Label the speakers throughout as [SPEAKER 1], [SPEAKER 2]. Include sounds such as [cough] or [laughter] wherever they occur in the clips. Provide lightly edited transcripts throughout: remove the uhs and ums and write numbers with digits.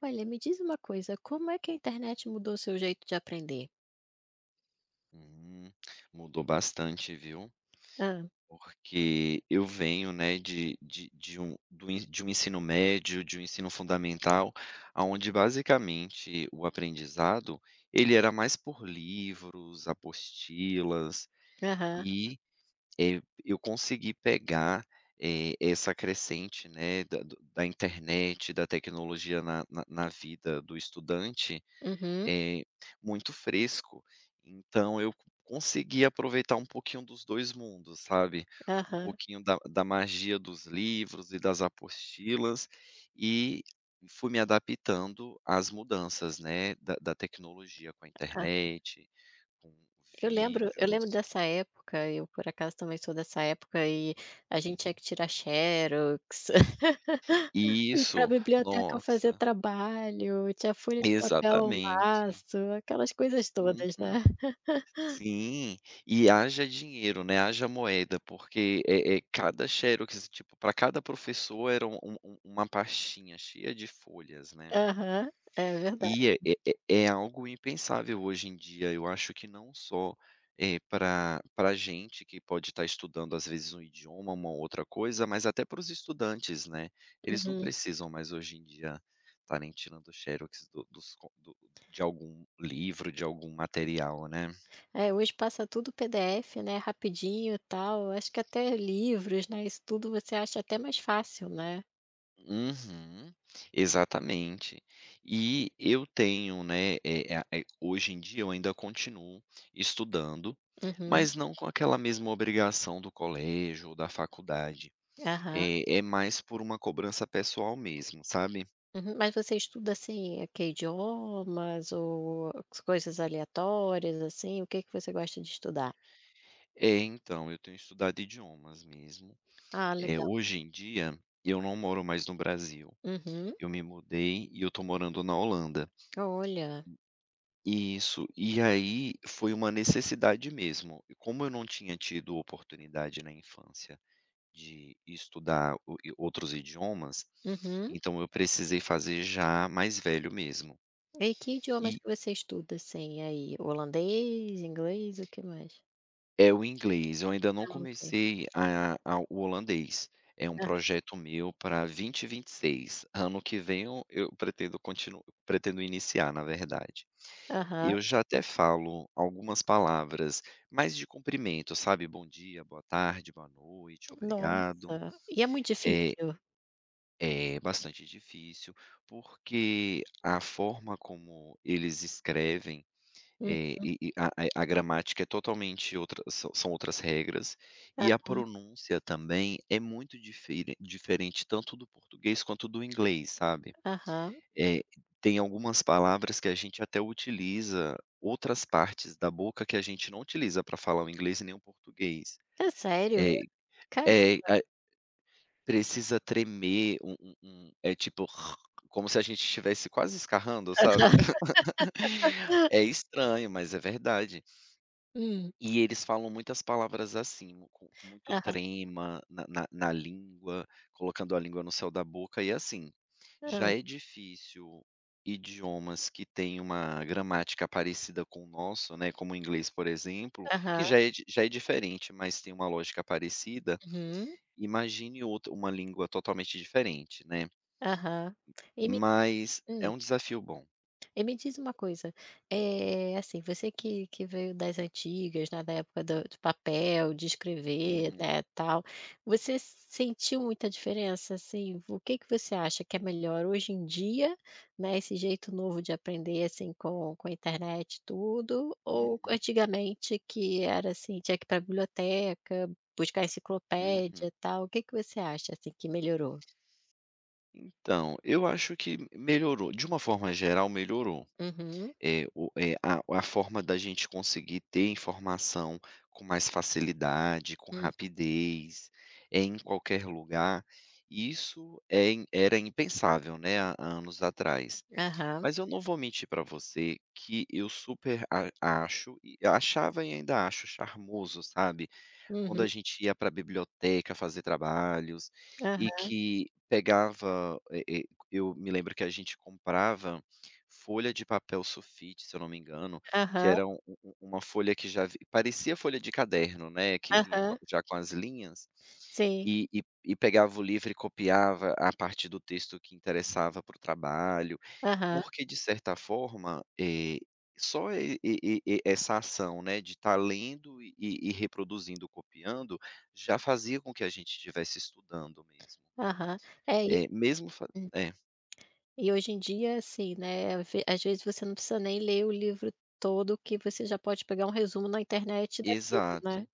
[SPEAKER 1] Olha, me diz uma coisa, como é que a internet mudou o seu jeito de aprender?
[SPEAKER 2] Hum, mudou bastante, viu?
[SPEAKER 1] Ah.
[SPEAKER 2] Porque eu venho, né, de um ensino médio, de um ensino fundamental, aonde basicamente o aprendizado, ele era mais por livros, apostilas
[SPEAKER 1] Aham.
[SPEAKER 2] e, eu consegui pegar, essa crescente, né, da internet, da tecnologia na vida do estudante,
[SPEAKER 1] Uhum.
[SPEAKER 2] eh, muito fresco, então eu consegui aproveitar um pouquinho dos 2 mundos, sabe, um
[SPEAKER 1] Aham.
[SPEAKER 2] pouquinho da magia dos livros e das apostilas, e fui me adaptando às mudanças, né, da tecnologia com a
[SPEAKER 1] Ah.
[SPEAKER 2] internet, com
[SPEAKER 1] Eu lembro
[SPEAKER 2] vídeos.
[SPEAKER 1] dessa época, eu por acaso também sou dessa época e a gente
[SPEAKER 2] Uhum.
[SPEAKER 1] tinha que tirar xerox, [laughs] ir para a
[SPEAKER 2] Isso,
[SPEAKER 1] biblioteca fazer
[SPEAKER 2] nossa,
[SPEAKER 1] trabalho, tinha folha de papel ao
[SPEAKER 2] exatamente.
[SPEAKER 1] maço, aquelas coisas todas,
[SPEAKER 2] Uhum.
[SPEAKER 1] né.
[SPEAKER 2] Sim, e haja dinheiro, né, haja moeda, porque, cada xerox, tipo, para cada professor era uma pastinha cheia de folhas, né.
[SPEAKER 1] Aham. É verdade.
[SPEAKER 2] E é algo impensável hoje em dia, eu acho que não só, para pra gente que pode estar estudando, às vezes, um idioma, uma outra coisa, mas até para os estudantes, né. Eles não
[SPEAKER 1] Uhum.
[SPEAKER 2] precisam mais hoje em dia estarem tirando xerox do dos co do de algum livro, de algum material, né.
[SPEAKER 1] É, hoje passa tudo PDF, né, rapidinho, e tal. Acho que até livros, né, isso tudo você acha até mais fácil, né.
[SPEAKER 2] Uhum, exatamente. E eu tenho, né, hoje em dia eu ainda continuo estudando,
[SPEAKER 1] Uhum.
[SPEAKER 2] mas não com aquela mesma obrigação do colégio ou da faculdade,
[SPEAKER 1] Aham.
[SPEAKER 2] é mais por uma cobrança pessoal mesmo, sabe.
[SPEAKER 1] Uhum. Mas você estuda, assim, é que idiomas ou as coisas aleatórias, assim? O que que você gosta de estudar?
[SPEAKER 2] É, então, eu tenho estudado idiomas mesmo.
[SPEAKER 1] Ah,
[SPEAKER 2] Eh,
[SPEAKER 1] legal.
[SPEAKER 2] hoje em dia, eu não moro mais no Brasil,
[SPEAKER 1] Uhum.
[SPEAKER 2] eu me mudei e eu estou morando na Holanda.
[SPEAKER 1] Olha.
[SPEAKER 2] Isso. E aí foi uma necessidade mesmo. E como eu não tinha tido oportunidade na infância de estudar o e outros idiomas,
[SPEAKER 1] Uhum.
[SPEAKER 2] então eu precisei fazer já mais velho mesmo.
[SPEAKER 1] E que idiomas que você estuda, assim, aí? Holandês, inglês, o que mais?
[SPEAKER 2] É o inglês, eu ainda não
[SPEAKER 1] Ah, ok.
[SPEAKER 2] comecei a o holandês. É um projeto meu para 2026. Ano que vem eu pretendo continuar, pretendo iniciar, na verdade.
[SPEAKER 1] Aham.
[SPEAKER 2] Eu já até falo algumas palavras mais de cumprimento, sabe, bom dia, boa tarde, boa noite, obrigado.
[SPEAKER 1] Nossa. E é muito
[SPEAKER 2] É
[SPEAKER 1] difícil?
[SPEAKER 2] é bastante difícil, porque a forma como eles escrevem,
[SPEAKER 1] Hum.
[SPEAKER 2] a gramática é totalmente outra, são outras regras, e a pronúncia também é muito diferente tanto do português quanto do inglês, sabe.
[SPEAKER 1] Aham.
[SPEAKER 2] Eh, tem algumas palavras que a gente até utiliza outras partes da boca que a gente não utiliza para falar o inglês e nem o português.
[SPEAKER 1] É sério?
[SPEAKER 2] É.
[SPEAKER 1] Cara.
[SPEAKER 2] eh, a precisa tremer um, tipo, [laughs] como se a gente estivesse quase escarrando, sabe. [laughs] É estranho, mas é verdade.
[SPEAKER 1] Hum.
[SPEAKER 2] E eles falam muitas palavras assim, com muito
[SPEAKER 1] Aham.
[SPEAKER 2] trema na língua, colocando a língua no céu da boca e assim, já
[SPEAKER 1] Ah.
[SPEAKER 2] é difícil idiomas que têm uma gramática parecida com o nosso, né, como o inglês, por exemplo, que
[SPEAKER 1] Aham.
[SPEAKER 2] já é diferente, mas tem uma lógica parecida.
[SPEAKER 1] Uhum.
[SPEAKER 2] Imagine outra uma língua totalmente diferente, né.
[SPEAKER 1] Aham. E me
[SPEAKER 2] Mas é
[SPEAKER 1] hum.
[SPEAKER 2] um desafio bom.
[SPEAKER 1] E me diz uma coisa, é assim, você que veio das antigas, né, da época do papel, de escrever,
[SPEAKER 2] Uhum,
[SPEAKER 1] né, tal, você sentiu muita diferença, assim? O que que você acha que é melhor hoje em dia, né, esse jeito novo de aprender, assim, com a internet e tudo, ou
[SPEAKER 2] uhum,
[SPEAKER 1] antigamente que era, assim, tinha que ir para a biblioteca, buscar
[SPEAKER 2] uhum.
[SPEAKER 1] enciclopédia, e tal, o que que você acha, assim, que melhorou?
[SPEAKER 2] Então, eu acho que melhorou, de uma forma geral melhorou.
[SPEAKER 1] Uhum.
[SPEAKER 2] É, o é a forma da gente conseguir ter informação com mais facilidade, com
[SPEAKER 1] Hum.
[SPEAKER 2] rapidez, é em qualquer lugar, isso é era impensável, né, há anos atrás.
[SPEAKER 1] Aham.
[SPEAKER 2] Mas eu não vou mentir para você que eu super a acho, e eu achava e ainda acho charmoso, sabe, quando a
[SPEAKER 1] Uhum.
[SPEAKER 2] gente ia para a biblioteca fazer trabalhos e
[SPEAKER 1] Aham.
[SPEAKER 2] que pegava, eu me lembro que a gente comprava folha de papel sulfite, se eu não me engano, que
[SPEAKER 1] Aham.
[SPEAKER 2] era uma folha que já vi parecia folha de caderno, né, que vinha com
[SPEAKER 1] Aham.
[SPEAKER 2] já com as linhas,
[SPEAKER 1] Sim,
[SPEAKER 2] e pegava o livro e copiava a parte do texto que interessava para o trabalho.
[SPEAKER 1] aham,
[SPEAKER 2] Porque de certa forma, só essa ação, né, de estar lendo e reproduzindo, copiando, já fazia com que a gente estivesse estudando mesmo.
[SPEAKER 1] aham. É,
[SPEAKER 2] É,
[SPEAKER 1] hum,
[SPEAKER 2] é,
[SPEAKER 1] e hoje em dia, assim, né, ve às vezes você não precisa nem ler o livro todo que você já pode pegar um resumo na internet daquilo, né.
[SPEAKER 2] exato.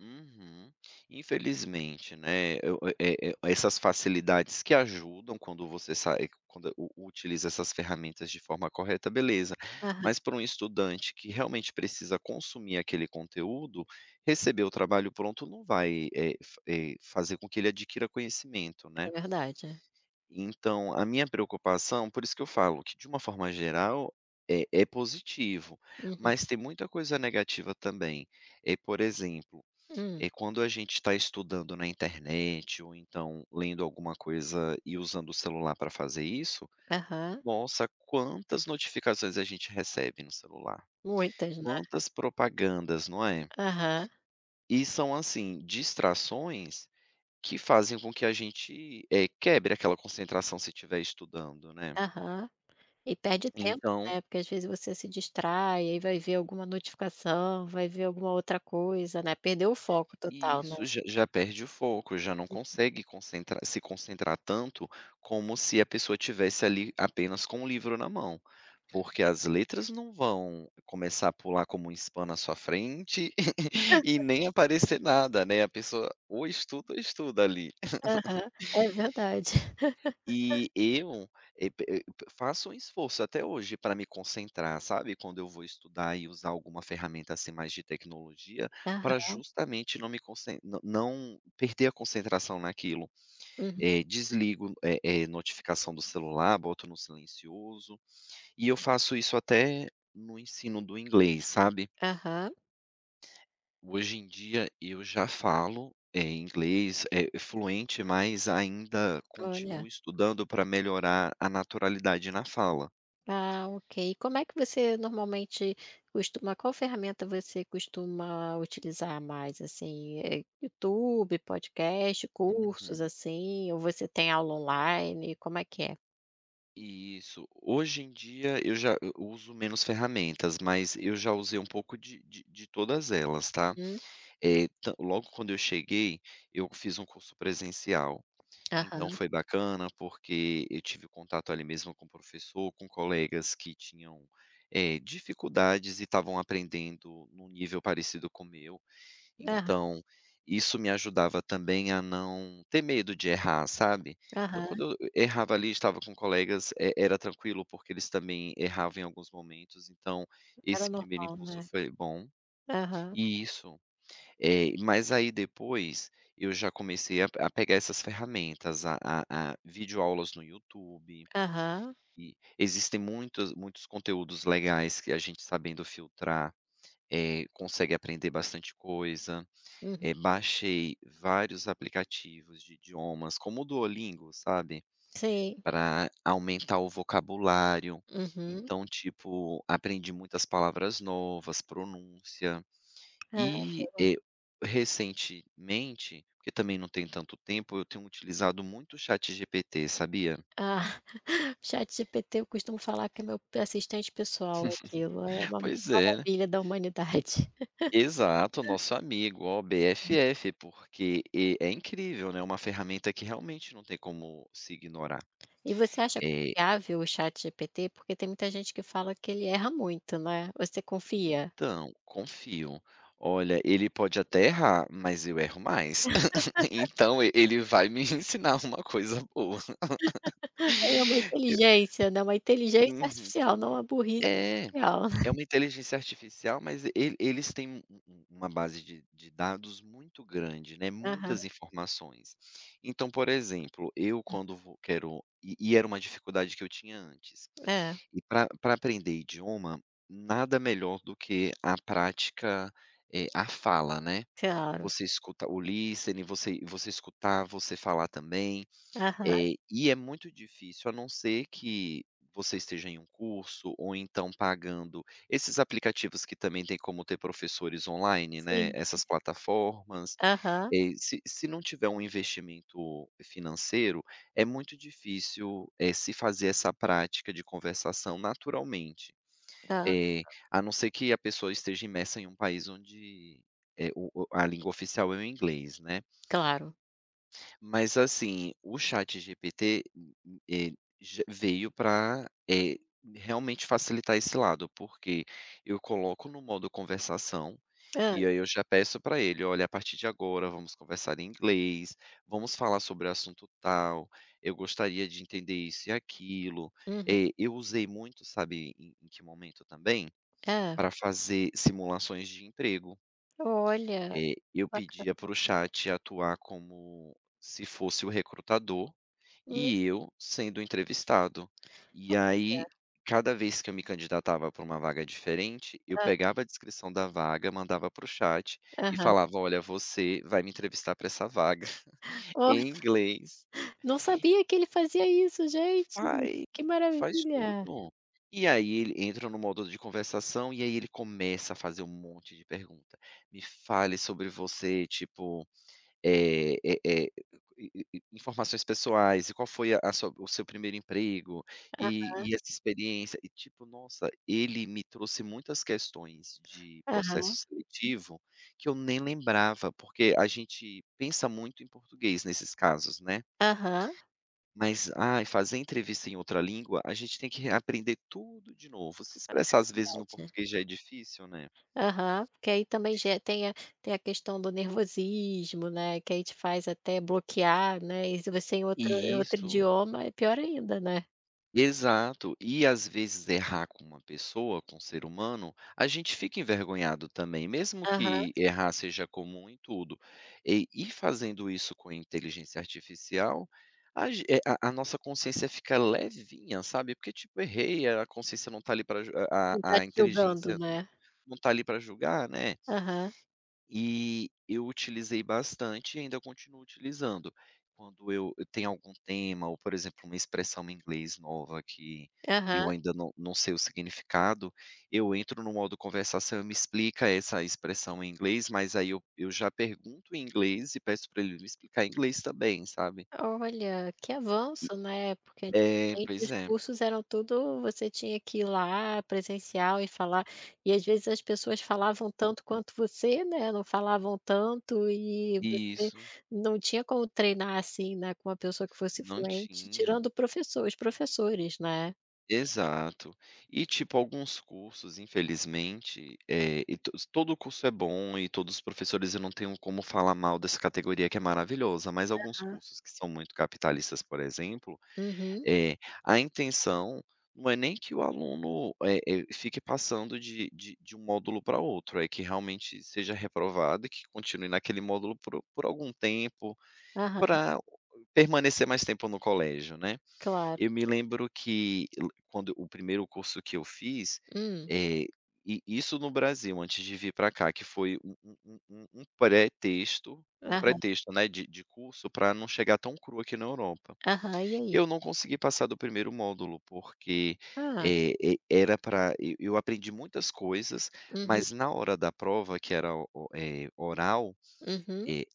[SPEAKER 2] Uhum. Infelizmente, né, essas facilidades que ajudam quando você sai quando u utiliza essas ferramentas de forma correta, beleza.
[SPEAKER 1] Aham,
[SPEAKER 2] Mas para um estudante que realmente precisa consumir aquele conteúdo, receber o trabalho pronto não vai, fazer com que ele adquira conhecimento, né.
[SPEAKER 1] é verdade.
[SPEAKER 2] Então, a minha preocupação, por isso que eu falo que, de uma forma geral, é positivo,
[SPEAKER 1] Uhum.
[SPEAKER 2] mas tem muita coisa negativa também. Por exemplo,
[SPEAKER 1] Hum.
[SPEAKER 2] quando a gente está estudando na internet ou então lendo alguma coisa e usando o celular para fazer isso,
[SPEAKER 1] Aham.
[SPEAKER 2] nossa, quantas notificações a gente recebe no celular,
[SPEAKER 1] Muitas, né.
[SPEAKER 2] quantas propagandas, não é?
[SPEAKER 1] Aham,
[SPEAKER 2] E são assim, distrações que fazem com que a gente, quebre aquela concentração se estiver estudando, né.
[SPEAKER 1] aham. E perde tempo,
[SPEAKER 2] Então,
[SPEAKER 1] né, porque às vezes você se distrai, aí vai ver alguma notificação, vai ver alguma outra coisa, né, perdeu o foco
[SPEAKER 2] e
[SPEAKER 1] total, né.
[SPEAKER 2] Isso, já perde o foco, já não consegue concentrar se concentrar tanto como se a pessoa tivesse ali apenas com o livro na mão, porque as letras não vão começar a pular como um spam na sua frente [laughs] e nem aparecer nada, né, a pessoa ou estuda ali.
[SPEAKER 1] Aham, é verdade.
[SPEAKER 2] E eu, eh, pe eh, faço um esforço até hoje para me concentrar, sabe, quando eu vou estudar e usar alguma ferramenta, assim, mais de tecnologia,
[SPEAKER 1] [laughs]
[SPEAKER 2] para
[SPEAKER 1] Aham.
[SPEAKER 2] justamente não perder a concentração naquilo.
[SPEAKER 1] Uhum.
[SPEAKER 2] Desligo, notificação do celular, boto no silencioso, e eu faço isso até no ensino do inglês, sabe.
[SPEAKER 1] Aham.
[SPEAKER 2] Hoje em dia eu já falo, inglês, é fluente, mas ainda continuo
[SPEAKER 1] Olha.
[SPEAKER 2] estudando para melhorar a naturalidade na fala.
[SPEAKER 1] Ah, ok. Como é que você normalmente costuma, qual ferramenta você costuma utilizar mais, assim, é YouTube, podcast, cursos,
[SPEAKER 2] Uhum.
[SPEAKER 1] assim, ou você tem aula online, como é que é?
[SPEAKER 2] Isso. Hoje em dia eu já eu uso menos ferramentas, mas eu já usei um pouco de todas elas, tá.
[SPEAKER 1] Hum.
[SPEAKER 2] Eh, tan logo quando eu cheguei, eu fiz um curso presencial. Então
[SPEAKER 1] Aham.
[SPEAKER 2] foi bacana, porque eu tive contato ali mesmo com o professor, com colegas que tinham, dificuldades e estavam aprendendo num nível parecido com o meu,
[SPEAKER 1] Ah.
[SPEAKER 2] então isso me ajudava também a não ter medo de errar, sabe. Então,
[SPEAKER 1] Aham.
[SPEAKER 2] quando eu errava ali, estava com colegas, e era tranquilo, porque eles também erravam em alguns momentos, então
[SPEAKER 1] Era
[SPEAKER 2] esse primeiro
[SPEAKER 1] normal,
[SPEAKER 2] impulso
[SPEAKER 1] né?
[SPEAKER 2] foi bom.
[SPEAKER 1] Aham,
[SPEAKER 2] E isso mas aí depois eu já comecei a pegar essas ferramentas, a videoaulas no YouTube,
[SPEAKER 1] aham,
[SPEAKER 2] e existem muitos muitos conteúdos legais que a gente, sabendo filtrar, consegue aprender bastante coisa.
[SPEAKER 1] uhum,
[SPEAKER 2] Baixei vários aplicativos de idiomas, como o Duolingo, sabe,
[SPEAKER 1] sim,
[SPEAKER 2] para aumentar o vocabulário.
[SPEAKER 1] uhum.
[SPEAKER 2] Então, tipo, aprendi muitas palavras novas, pronúncia. E, recentemente, porque também não tem tanto tempo, eu tenho utilizado muito o ChatGPT, sabia?
[SPEAKER 1] Ah, [laughs] ChatGPT eu costumo falar que é meu assistente pessoal aquilo, é uma
[SPEAKER 2] Pois é,
[SPEAKER 1] maravilha da humanidade.
[SPEAKER 2] exato, nosso amigo, ó, BFF, porque, é incrível, né, uma ferramenta que realmente não tem como se ignorar.
[SPEAKER 1] E você acha
[SPEAKER 2] Eh,
[SPEAKER 1] confiável o ChatGPT? Porque tem muita gente que fala que ele erra muito, né. Você confia?
[SPEAKER 2] então, confio. Olha, ele pode até errar, mas eu erro mais. [laughs] Então, ele vai me [laughs] ensinar uma coisa boa.
[SPEAKER 1] [laughs] É uma inteligência, né, uma inteligência
[SPEAKER 2] Uhum.
[SPEAKER 1] artificial, não uma burrice
[SPEAKER 2] É. É
[SPEAKER 1] artificial.
[SPEAKER 2] uma inteligência artificial, mas eles têm uma base de dados muito grande, né,
[SPEAKER 1] [laughs] Aham.
[SPEAKER 2] muitas informações. Então, por exemplo, eu quando vou quero e era uma dificuldade que eu tinha antes.
[SPEAKER 1] É,
[SPEAKER 2] E, para aprender idioma, nada melhor do que a prática, a fala, né.
[SPEAKER 1] claro.
[SPEAKER 2] Você escuta o listening, você escutar, você falar também.
[SPEAKER 1] Aham.
[SPEAKER 2] E é muito difícil, a não ser que você esteja em um curso ou então pagando esses aplicativos que também têm como ter professores online, né,
[SPEAKER 1] Sim, sim.
[SPEAKER 2] essas plataformas.
[SPEAKER 1] Aham.
[SPEAKER 2] Se não tiver um investimento financeiro, é muito difícil, se fazer essa prática de conversação naturalmente.
[SPEAKER 1] Hã.
[SPEAKER 2] Eh, a não ser que a pessoa esteja imersa em um país onde, eh, o a língua oficial é o inglês, né.
[SPEAKER 1] Claro.
[SPEAKER 2] Mas assim, o ChatGPT, eh, j veio para realmente facilitar esse lado, porque eu coloco no modo conversação,
[SPEAKER 1] Hã.
[SPEAKER 2] e aí eu já peço para ele: "Olha, a partir de agora vamos conversar em inglês, vamos falar sobre o assunto tal, eu gostaria de entender isso e aquilo".
[SPEAKER 1] Uhum.
[SPEAKER 2] Eu usei muito, sabe, em que momento também?
[SPEAKER 1] Hã.
[SPEAKER 2] Para fazer simulações de emprego.
[SPEAKER 1] Olha.
[SPEAKER 2] Eu
[SPEAKER 1] Baca
[SPEAKER 2] pedia para o chat atuar como se fosse o recrutador
[SPEAKER 1] hum,
[SPEAKER 2] e eu sendo entrevistado. E aí,
[SPEAKER 1] olha.
[SPEAKER 2] cada vez que eu me candidatava para uma vaga diferente, eu
[SPEAKER 1] Ah.
[SPEAKER 2] pegava a descrição da vaga, mandava para o chat e
[SPEAKER 1] Aham.
[SPEAKER 2] falava: "Olha, você vai me entrevistar para essa vaga", [laughs]
[SPEAKER 1] Oh,
[SPEAKER 2] em inglês.
[SPEAKER 1] não sabia que ele fazia isso, gente.
[SPEAKER 2] Faz
[SPEAKER 1] Que
[SPEAKER 2] faz
[SPEAKER 1] maravilha.
[SPEAKER 2] tudo. E aí ele entra no modo de conversação, e aí ele começa a fazer um monte de pergunta. "Me fale sobre você", tipo. Eh eh eh, i i Informações pessoais e qual foi a sua o seu primeiro emprego, e essa experiência, e tipo, nossa, ele me trouxe muitas questões de processo
[SPEAKER 1] Aham.
[SPEAKER 2] seletivo que eu nem lembrava, porque a gente pensa muito em português nesses casos, né.
[SPEAKER 1] Aham.
[SPEAKER 2] Mas, ai, fazer entrevista em outra língua, a gente tem que aprender tudo de novo. Se expressar às vezes no
[SPEAKER 1] Verdade.
[SPEAKER 2] português já é difícil, né.
[SPEAKER 1] Aham, porque aí também já tem a tem a questão do nervosismo, né, que aí te faz até bloquear, né, e se você em outro em
[SPEAKER 2] E
[SPEAKER 1] outro
[SPEAKER 2] isso
[SPEAKER 1] idioma é pior ainda, né.
[SPEAKER 2] Exato. E, às vezes, errar com uma pessoa, com um ser humano, a gente fica envergonhado também, mesmo
[SPEAKER 1] Aham,
[SPEAKER 2] que errar seja comum em tudo. E, fazendo isso com a inteligência artificial, a, ge- é, a nossa consciência fica levinha, sabe? Porque, tipo, errei, a consciência não tá ali para,
[SPEAKER 1] não tá
[SPEAKER 2] a
[SPEAKER 1] te julgando,
[SPEAKER 2] inteligência
[SPEAKER 1] né.
[SPEAKER 2] não tá ali para julgar, né?
[SPEAKER 1] Aham,
[SPEAKER 2] E eu utilizei bastante e ainda continuo utilizando. Quando eu tenho algum tema ou, por exemplo, uma expressão em inglês nova que eu
[SPEAKER 1] aham.
[SPEAKER 2] ainda não sei o significado, eu entro no modo conversação e me explica essa expressão em inglês, mas aí eu já pergunto em inglês e peço para ele me explicar em inglês também, sabe.
[SPEAKER 1] Olha, que
[SPEAKER 2] E
[SPEAKER 1] avanço, né, porque
[SPEAKER 2] é,
[SPEAKER 1] antigamente
[SPEAKER 2] pois
[SPEAKER 1] os
[SPEAKER 2] é.
[SPEAKER 1] cursos eram tudo você tinha que ir lá presencial e falar, e às vezes as pessoas falavam
[SPEAKER 2] Hum,
[SPEAKER 1] tanto quanto você, né, não falavam tanto e você
[SPEAKER 2] isso,
[SPEAKER 1] não tinha como treinar, assim, né, com uma pessoa que fosse
[SPEAKER 2] não
[SPEAKER 1] fluente,
[SPEAKER 2] tinha.
[SPEAKER 1] tirando o professor os professores, né.
[SPEAKER 2] Exato. E, tipo, alguns cursos, infelizmente, e to todo curso é bom e todos os professores, eu não tenho como falar mal dessa categoria que é maravilhosa, mas alguns
[SPEAKER 1] Ah.
[SPEAKER 2] cursos que são muito capitalistas, por exemplo,
[SPEAKER 1] Uhum.
[SPEAKER 2] eh, a intenção não é nem que o aluno, fique passando de um módulo para outro, é que realmente seja reprovado e que continue naquele módulo por algum tempo,
[SPEAKER 1] Aham,
[SPEAKER 2] para permanecer mais tempo no colégio, né.
[SPEAKER 1] claro.
[SPEAKER 2] Eu me lembro que, l quando o primeiro curso que eu fiz,
[SPEAKER 1] Hum.
[SPEAKER 2] eh, e isso no Brasil, antes de vir para cá, que foi um um um um um pretexto um
[SPEAKER 1] Aham,
[SPEAKER 2] pretexto, né, de curso, para não chegar tão cru aqui na Europa.
[SPEAKER 1] aham. E aí?
[SPEAKER 2] Eu não consegui passar do primeiro módulo, porque,
[SPEAKER 1] Ah.
[SPEAKER 2] era para eu aprendi muitas coisas,
[SPEAKER 1] Uhum,
[SPEAKER 2] mas na hora da prova, que era o oral,
[SPEAKER 1] uhum.
[SPEAKER 2] eh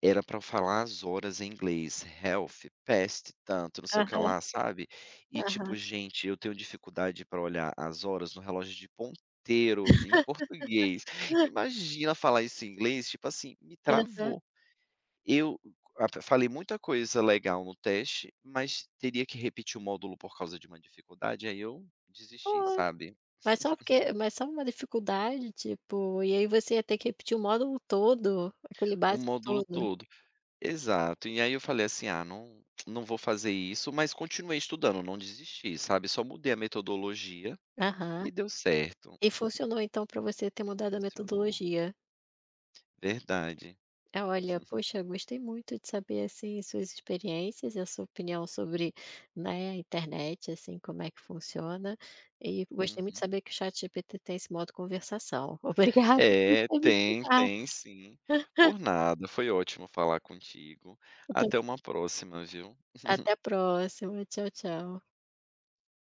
[SPEAKER 2] era pra eu falar as horas em inglês, health, pest, tanto, não sei o que
[SPEAKER 1] Aham,
[SPEAKER 2] lá, sabe. E tipo,
[SPEAKER 1] aham.
[SPEAKER 2] gente, eu tenho dificuldade pra olhar as horas no relógio de ponteiro em português. Imagina falar isso em inglês, tipo assim, me travou. Eu a falei muita coisa legal no teste, mas teria que repetir o módulo por causa de uma dificuldade, aí eu desisti,
[SPEAKER 1] Hã.
[SPEAKER 2] sabe.
[SPEAKER 1] Mas só uma dificuldade, tipo, e aí você ia ter que repetir o módulo todo, aquele
[SPEAKER 2] O
[SPEAKER 1] básico
[SPEAKER 2] módulo
[SPEAKER 1] todo.
[SPEAKER 2] todo. Exato. E aí eu falei assim: "Ah, não não vou fazer isso", mas continuei estudando, não desisti, sabe, só mudei a metodologia
[SPEAKER 1] Aham.
[SPEAKER 2] e deu certo,
[SPEAKER 1] E funcionou então para você ter mudado a
[SPEAKER 2] funcionou.
[SPEAKER 1] metodologia.
[SPEAKER 2] Verdade.
[SPEAKER 1] Ah, olha, poxa, gostei muito de saber, assim, suas experiências e a sua opinião sobre, né, a internet, assim, como é que funciona. E gostei muito de
[SPEAKER 2] Uhum.
[SPEAKER 1] saber que o ChatGPT tem esse modo conversação. [laughs] Obrigada por
[SPEAKER 2] É,
[SPEAKER 1] ter me
[SPEAKER 2] tem,
[SPEAKER 1] escutado.
[SPEAKER 2] tem sim. Por nada, foi ótimo falar contigo.
[SPEAKER 1] Até
[SPEAKER 2] Até uma próxima, viu.
[SPEAKER 1] a próxima. Tchau, tchau.